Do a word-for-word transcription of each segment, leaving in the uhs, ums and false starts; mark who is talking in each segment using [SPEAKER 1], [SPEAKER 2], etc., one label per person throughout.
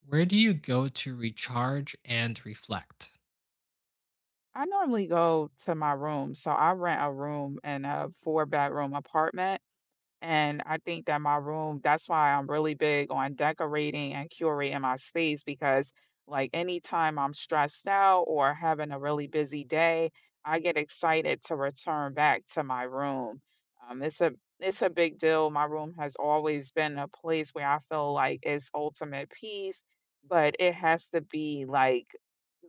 [SPEAKER 1] Where do you go to recharge and reflect?
[SPEAKER 2] I normally go to my room. So I rent a room in a four bedroom apartment. And I think that my room, that's why I'm really big on decorating and curating my space because, like, anytime I'm stressed out or having a really busy day, I get excited to return back to my room. Um, it's a it's a big deal. My room has always been a place where I feel like it's ultimate peace, but it has to be like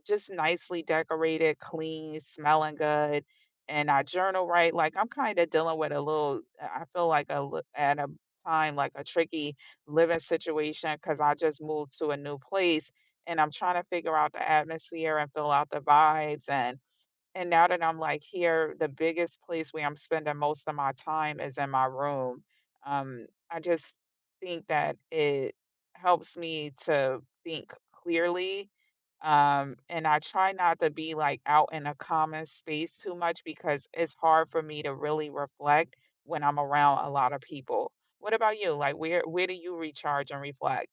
[SPEAKER 2] just nicely decorated, clean, smelling good, and I journal, right? Like, I'm kinda dealing with a little, I feel like a li at a time, like, a tricky living situation because I just moved to a new place, and I'm trying to figure out the atmosphere and fill out the vibes, and and now that I'm, like, here, the biggest place where I'm spending most of my time is in my room. Um, I just think that it helps me to think clearly, um, and I try not to be, like, out in a common space too much because it's hard for me to really reflect when I'm around a lot of people. What about you? Like, where where do you recharge and reflect?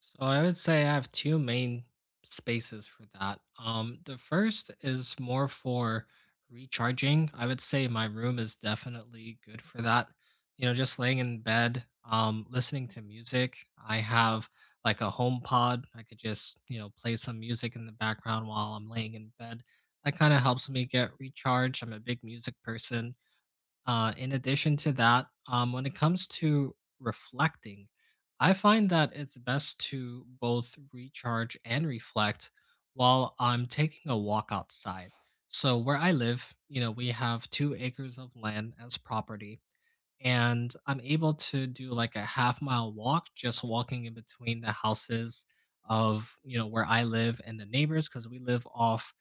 [SPEAKER 1] So I would say I have two main spaces for that. Um, the first is more for recharging. I would say my room is definitely good for that. You know, just laying in bed, um, listening to music. I have like a home pod. I could just, you know, play some music in the background while I'm laying in bed. That kind of helps me get recharged. I'm a big music person. Uh, in addition to that, um, when it comes to reflecting, I find that it's best to both recharge and reflect while I'm taking a walk outside. So, where I live, you know, we have two acres of land as property, and I'm able to do like a half mile walk just walking in between the houses of, you know, where I live and the neighbors because we live off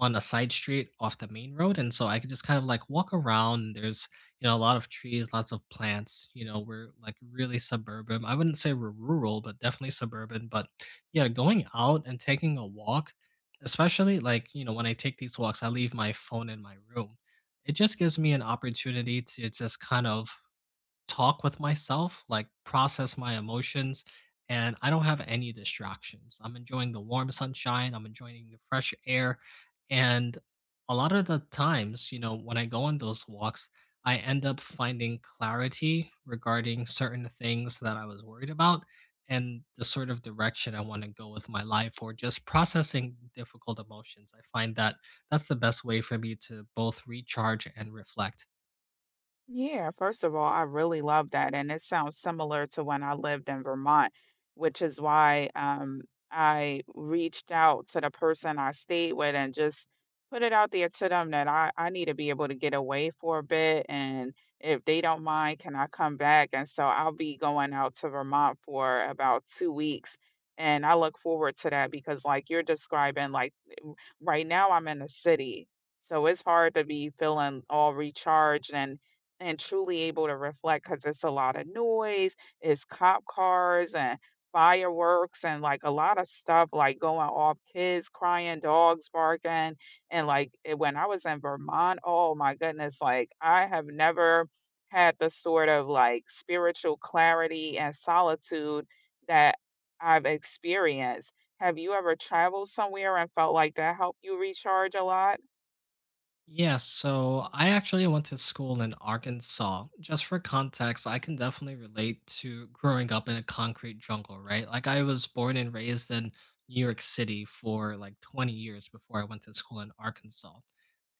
[SPEAKER 1] on a side street off the main road, and so I could just kind of like walk around. There's, you know, a lot of trees, lots of plants. You know, we're like really suburban. I wouldn't say we're rural, but definitely suburban. But yeah, going out and taking a walk, especially like, you know, when I take these walks, I leave my phone in my room. It just gives me an opportunity to just kind of talk with myself, like process my emotions, and I don't have any distractions. I'm enjoying the warm sunshine, I'm enjoying the fresh air. And a lot of the times, you know, when I go on those walks, I end up finding clarity regarding certain things that I was worried about and the sort of direction I want to go with my life or just processing difficult emotions. I find that that's the best way for me to both recharge and reflect.
[SPEAKER 2] Yeah, first of all, I really love that. And it sounds similar to when I lived in Vermont, which is why um, I reached out to the person I stayed with and just put it out there to them that I, I need to be able to get away for a bit. And if they don't mind, can I come back? And so I'll be going out to Vermont for about two weeks. And I look forward to that because, like you're describing, like, right now I'm in the city, so it's hard to be feeling all recharged and and truly able to reflect because it's a lot of noise. It's cop cars and fireworks and, like, a lot of stuff, like, going off, kids crying, dogs barking, and, like, eh, when I was in Vermont, oh my goodness, like, I have never had the sort of, like, spiritual clarity and solitude that I've experienced. Have you ever traveled somewhere and felt like that helped you recharge a lot?
[SPEAKER 1] Yeah, so I actually went to school in Arkansas. Just for context, I can definitely relate to growing up in a concrete jungle, right? Like I was born and raised in New York City for like twenty years before I went to school in Arkansas.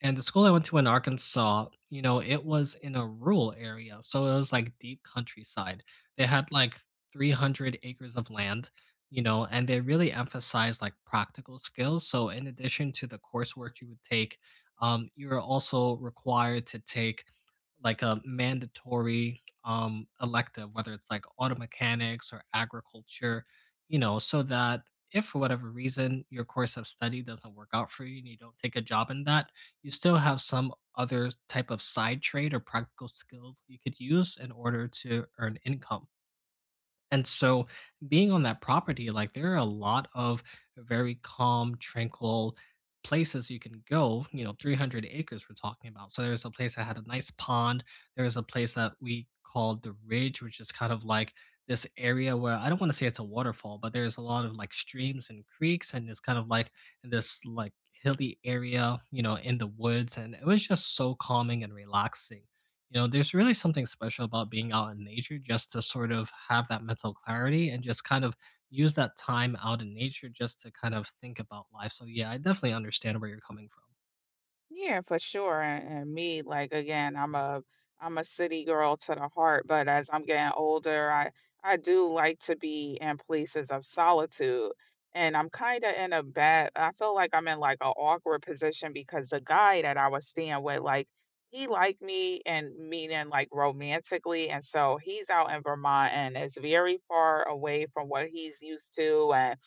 [SPEAKER 1] And the school I went to in Arkansas, you know, it was in a rural area. So it was like deep countryside. They had like three hundred acres of land, you know, and they really emphasized like practical skills. So in addition to the coursework you would take, um, you're also required to take like a mandatory um, elective, whether it's like auto mechanics or agriculture, you know, so that if for whatever reason your course of study doesn't work out for you and you don't take a job in that, you still have some other type of side trade or practical skills you could use in order to earn income. And so being on that property, like there are a lot of very calm, tranquil places you can go, you know, three hundred acres we're talking about. So there's a place that had a nice pond. There was a place that we called the Ridge, which is kind of like this area where I don't want to say it's a waterfall, but there's a lot of like streams and creeks and it's kind of like in this like hilly area, you know, in the woods and it was just so calming and relaxing. You know, there's really something special about being out in nature just to sort of have that mental clarity and just kind of use that time out in nature just to kind of think about life. So, yeah, I definitely understand where you're coming from.
[SPEAKER 2] Yeah, for sure. And, and me, like again, I'm a I'm a city girl to the heart, but as I'm getting older, I I do like to be in places of solitude. And I'm kind of in a bad, I feel like I'm in like an awkward position because the guy that I was staying with, like, he liked me, and meaning like romantically. And so he's out in Vermont, and it's very far away from what he's used to. And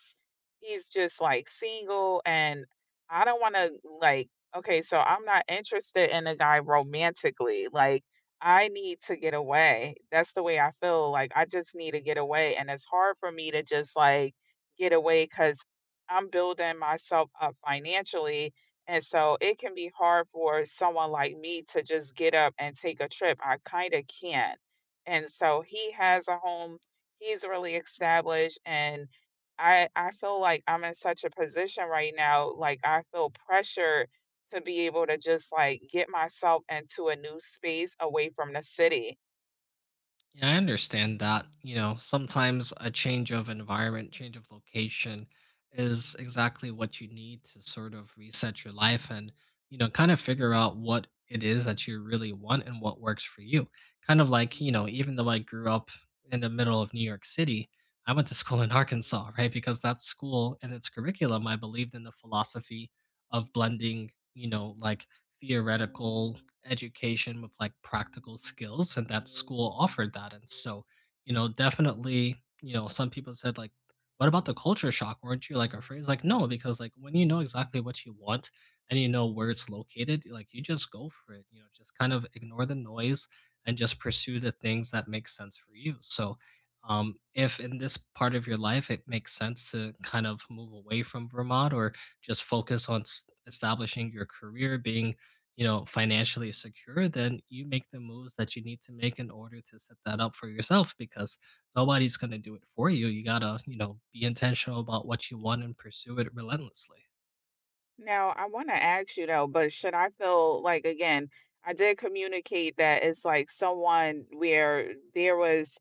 [SPEAKER 2] he's just, like, single, and I don't wanna, like, okay, so I'm not interested in a guy romantically, like, I need to get away. That's the way I feel, like, I just need to get away, and it's hard for me to just, like, get away because 'cause I'm building myself up financially, and so it can be hard for someone like me to just get up and take a trip, I kinda can't, and so he has a home, he's really established, and I I feel like I'm in such a position right now, like I feel pressure to be able to just like get myself into a new space away from the city.
[SPEAKER 1] Yeah, I understand that. You know, sometimes a change of environment, change of location is exactly what you need to sort of reset your life and, you know, kind of figure out what it is that you really want and what works for you. Kind of like, you know, even though I grew up in the middle of New York City, I went to school in Arkansas, right? Because that school and its curriculum, I believed in the philosophy of blending, you know, like theoretical education with like practical skills and that school offered that. And so, you know, definitely, you know, some people said like, what about the culture shock, weren't you like afraid? It's like, no, because like when you know exactly what you want and you know where it's located, like you just go for it, you know, just kind of ignore the noise and just pursue the things that make sense for you. So um, if in this part of your life it makes sense to kind of move away from Vermont or just focus on s- establishing your career, being, you know, financially secure, then you make the moves that you need to make in order to set that up for yourself because nobody's going to do it for you. You got to, you know, be intentional about what you want and pursue it relentlessly.
[SPEAKER 2] Now, I want to ask you though, but should I feel like again, I did communicate that it's like someone where there was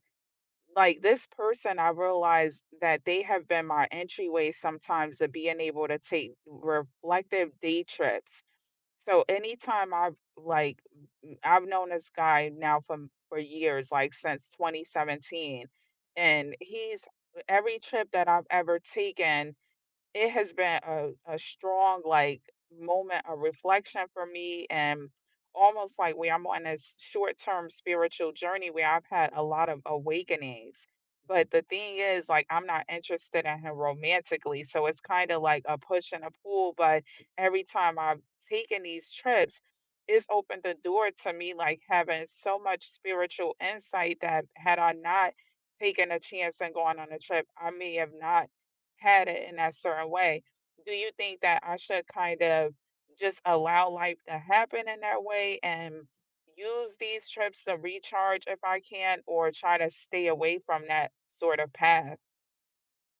[SPEAKER 2] like this person, I realized that they have been my entryway sometimes to being able to take reflective day trips. So anytime I've like Mm, I've known this guy now for for years, like since twenty seventeen, and he's every trip that I've ever taken. It has been a a strong, like, moment of reflection for me, and almost like where I'm on this short-term spiritual journey where I've had a lot of awakenings. But the thing is, like, I'm not interested in him romantically, so it's kinda like a push and a pull, but every time I've taken these trips, it's opened the door to me, like, having so much spiritual insight that had I not taken a chance and gone on a trip, I may have not had it in that certain way. Do you think that I should kind of just allow life to happen in that way and use these trips to recharge if I can, or try to stay away from that sort of path?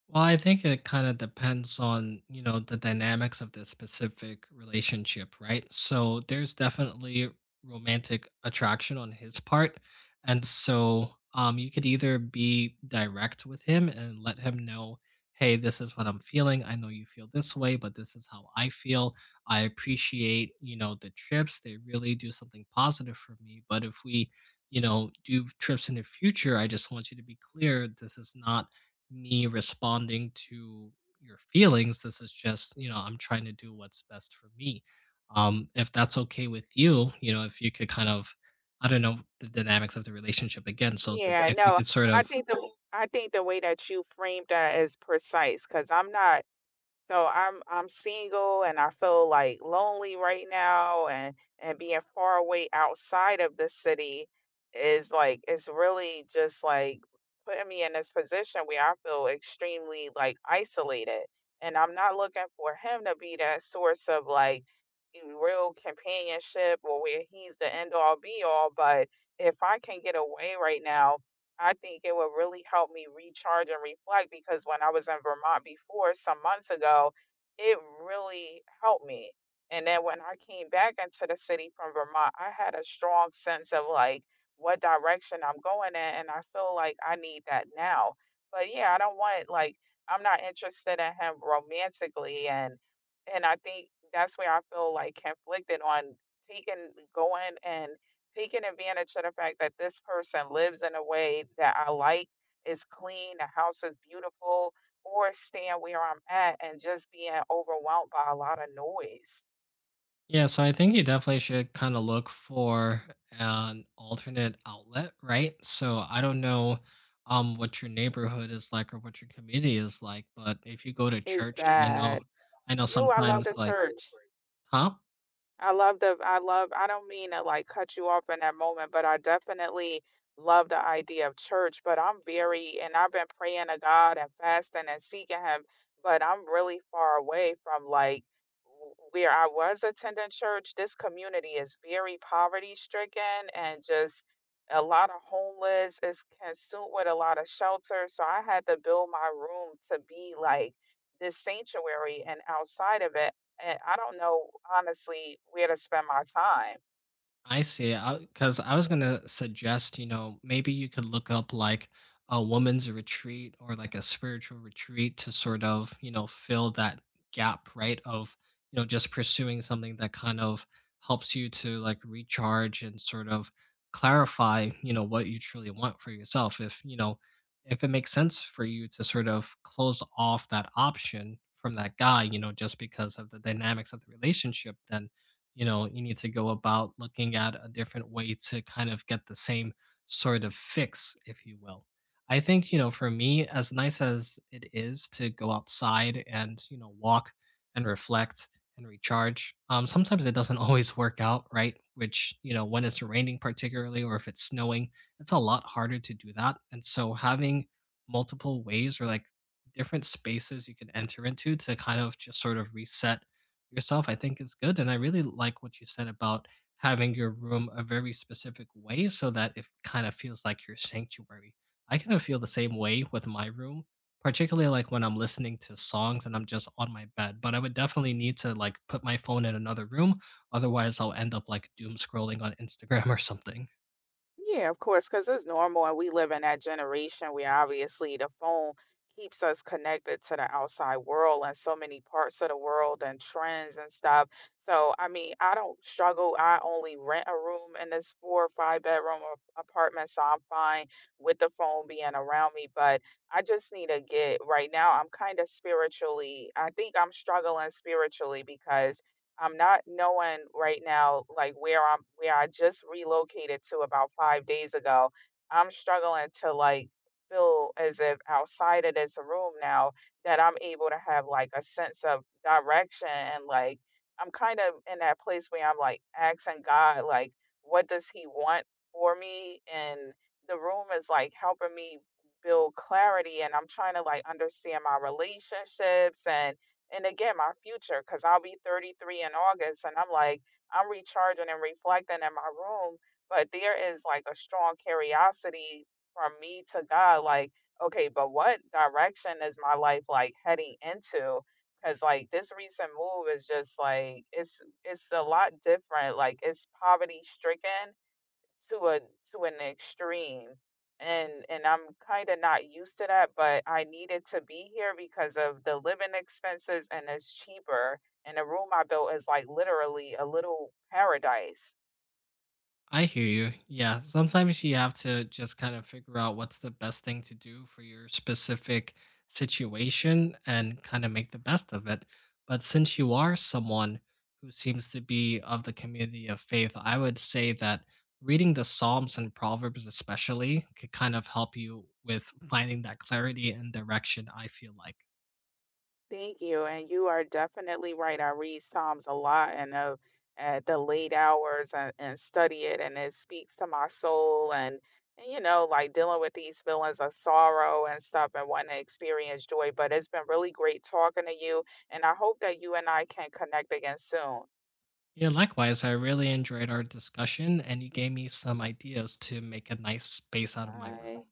[SPEAKER 1] Well, I think it kind of depends on, you know, the dynamics of the specific relationship, right? So there's definitely romantic attraction on his part. And so um you could either be direct with him and let him know, "Hey, this is what I'm feeling. I know you feel this way, but this is how I feel. I appreciate, you know, the trips. They really do something positive for me, but if we, you know, do trips in the future, I just want you to be clear this is not me responding to your feelings. This is just, you know, I'm trying to do what's best for me. Um, if that's okay with you, you know, if you could kind of, I don't know the dynamics of the relationship again. So it's like
[SPEAKER 2] Yeah,
[SPEAKER 1] if you
[SPEAKER 2] no,
[SPEAKER 1] could sort
[SPEAKER 2] I
[SPEAKER 1] of,
[SPEAKER 2] think the I think the way that you framed that is precise because I'm not. So I'm I'm single, and I feel like lonely right now, and and being far away outside of the city is like it's really just like putting me in this position where I feel extremely like isolated, and I'm not looking for him to be that source of like real companionship or where he's the end all be all. But if I can get away right now, I think it would really help me recharge and reflect, because when I was in Vermont before some months ago, it really helped me. And then when I came back into the city from Vermont, I had a strong sense of like what direction I'm going in. And I feel like I need that now. But yeah, I don't want, like, I'm not interested in him romantically. And, and I think that's where I feel like conflicted on taking, going and taking advantage of the fact that this person lives in a way that I like, is clean, the house is beautiful, or staying where I'm at and just being overwhelmed by a lot of noise
[SPEAKER 1] yeah, so I think you definitely should kind of look for an alternate outlet, right? So I don't know um what your neighborhood is like or what your community is like, but if you go to
[SPEAKER 2] is
[SPEAKER 1] church, you know,
[SPEAKER 2] bad.
[SPEAKER 1] I know
[SPEAKER 2] Yo, I love
[SPEAKER 1] sometimes
[SPEAKER 2] the
[SPEAKER 1] like,
[SPEAKER 2] church.
[SPEAKER 1] huh?
[SPEAKER 2] I love the I love I don't mean to, like, cut you off in that moment, but I definitely love the idea of church, but I'm very, and I've been praying to God and fasting and seeking him, but I'm really far away from, like, w where I was attending church. This community is very poverty-stricken and just a lot of homeless, is consumed with a lot of shelter, so I had to build my room to be, like, this sanctuary, and outside of it, and I don't know honestly where to spend my time.
[SPEAKER 1] I see. Because I was going to suggest, you know, maybe you could look up like a woman's retreat or like a spiritual retreat to sort of, you know, fill that gap, right? Of, you know, just pursuing something that kind of helps you to like recharge and sort of clarify, you know, what you truly want for yourself. If, you know, if it makes sense for you to sort of close off that option from that guy, you know, just because of the dynamics of the relationship, then, you know, you need to go about looking at a different way to kind of get the same sort of fix, if you will. I think, you know, for me, as nice as it is to go outside and, you know, walk and reflect and recharge, um, sometimes it doesn't always work out, right? Which, you know, when it's raining, particularly, or if it's snowing, it's a lot harder to do that. And so having multiple ways or like different spaces you can enter into to kind of just sort of reset yourself, I think is good. And I really like what you said about having your room a very specific way so that it kind of feels like your sanctuary. I kind of feel the same way with my room, particularly like when I'm listening to songs and I'm just on my bed. But I would definitely need to like put my phone in another room. Otherwise, I'll end up like doom scrolling on Instagram or something.
[SPEAKER 2] Yeah, of course, because it's normal, and we live in that generation where obviously the phone keeps us connected to the outside world and so many parts of the world and trends and stuff. So, I mean, I don't struggle. I only rent a room in this four or five bedroom a- apartment, so I'm fine with the phone being around me. But I just need to get right now, I'm kind of spiritually, I think I'm struggling spiritually because I'm not knowing right now, like where I'm, where I just relocated to about five days ago. I'm struggling to like feel as if outside of this room now that I'm able to have like a sense of direction, and like I'm kind of in that place where I'm like asking God, like, what does He want for me? And the room is like helping me build clarity, and I'm trying to like understand my relationships, and and again my future, because I'll be thirty-three in August, and I'm like I'm recharging and reflecting in my room, but there is like a strong curiosity from me to God, like, okay, but what direction is my life like heading into? Because like this recent move is just like it's it's a lot different, like it's poverty stricken to a to an extreme, and and I'm kind of not used to that, but I needed to be here because of the living expenses, and it's cheaper, and the room I built is like literally a little paradise.
[SPEAKER 1] I hear you. Yeah, sometimes you have to just kind of figure out what's the best thing to do for your specific situation and kind of make the best of it. But since you are someone who seems to be of the community of faith, I would say that reading the Psalms and Proverbs, especially, could kind of help you with finding that clarity and direction, I feel like.
[SPEAKER 2] Thank you, and you are definitely right. I read Psalms a lot, and uh, at the late hours, and, and study it, and it speaks to my soul, and, and you know, like dealing with these feelings of sorrow and stuff and wanting to experience joy. But it's been really great talking to you, and I hope that you and I can connect again soon.
[SPEAKER 1] Yeah, likewise, I really enjoyed our discussion, and you gave me some ideas to make a nice space out of my room.
[SPEAKER 2] Bye.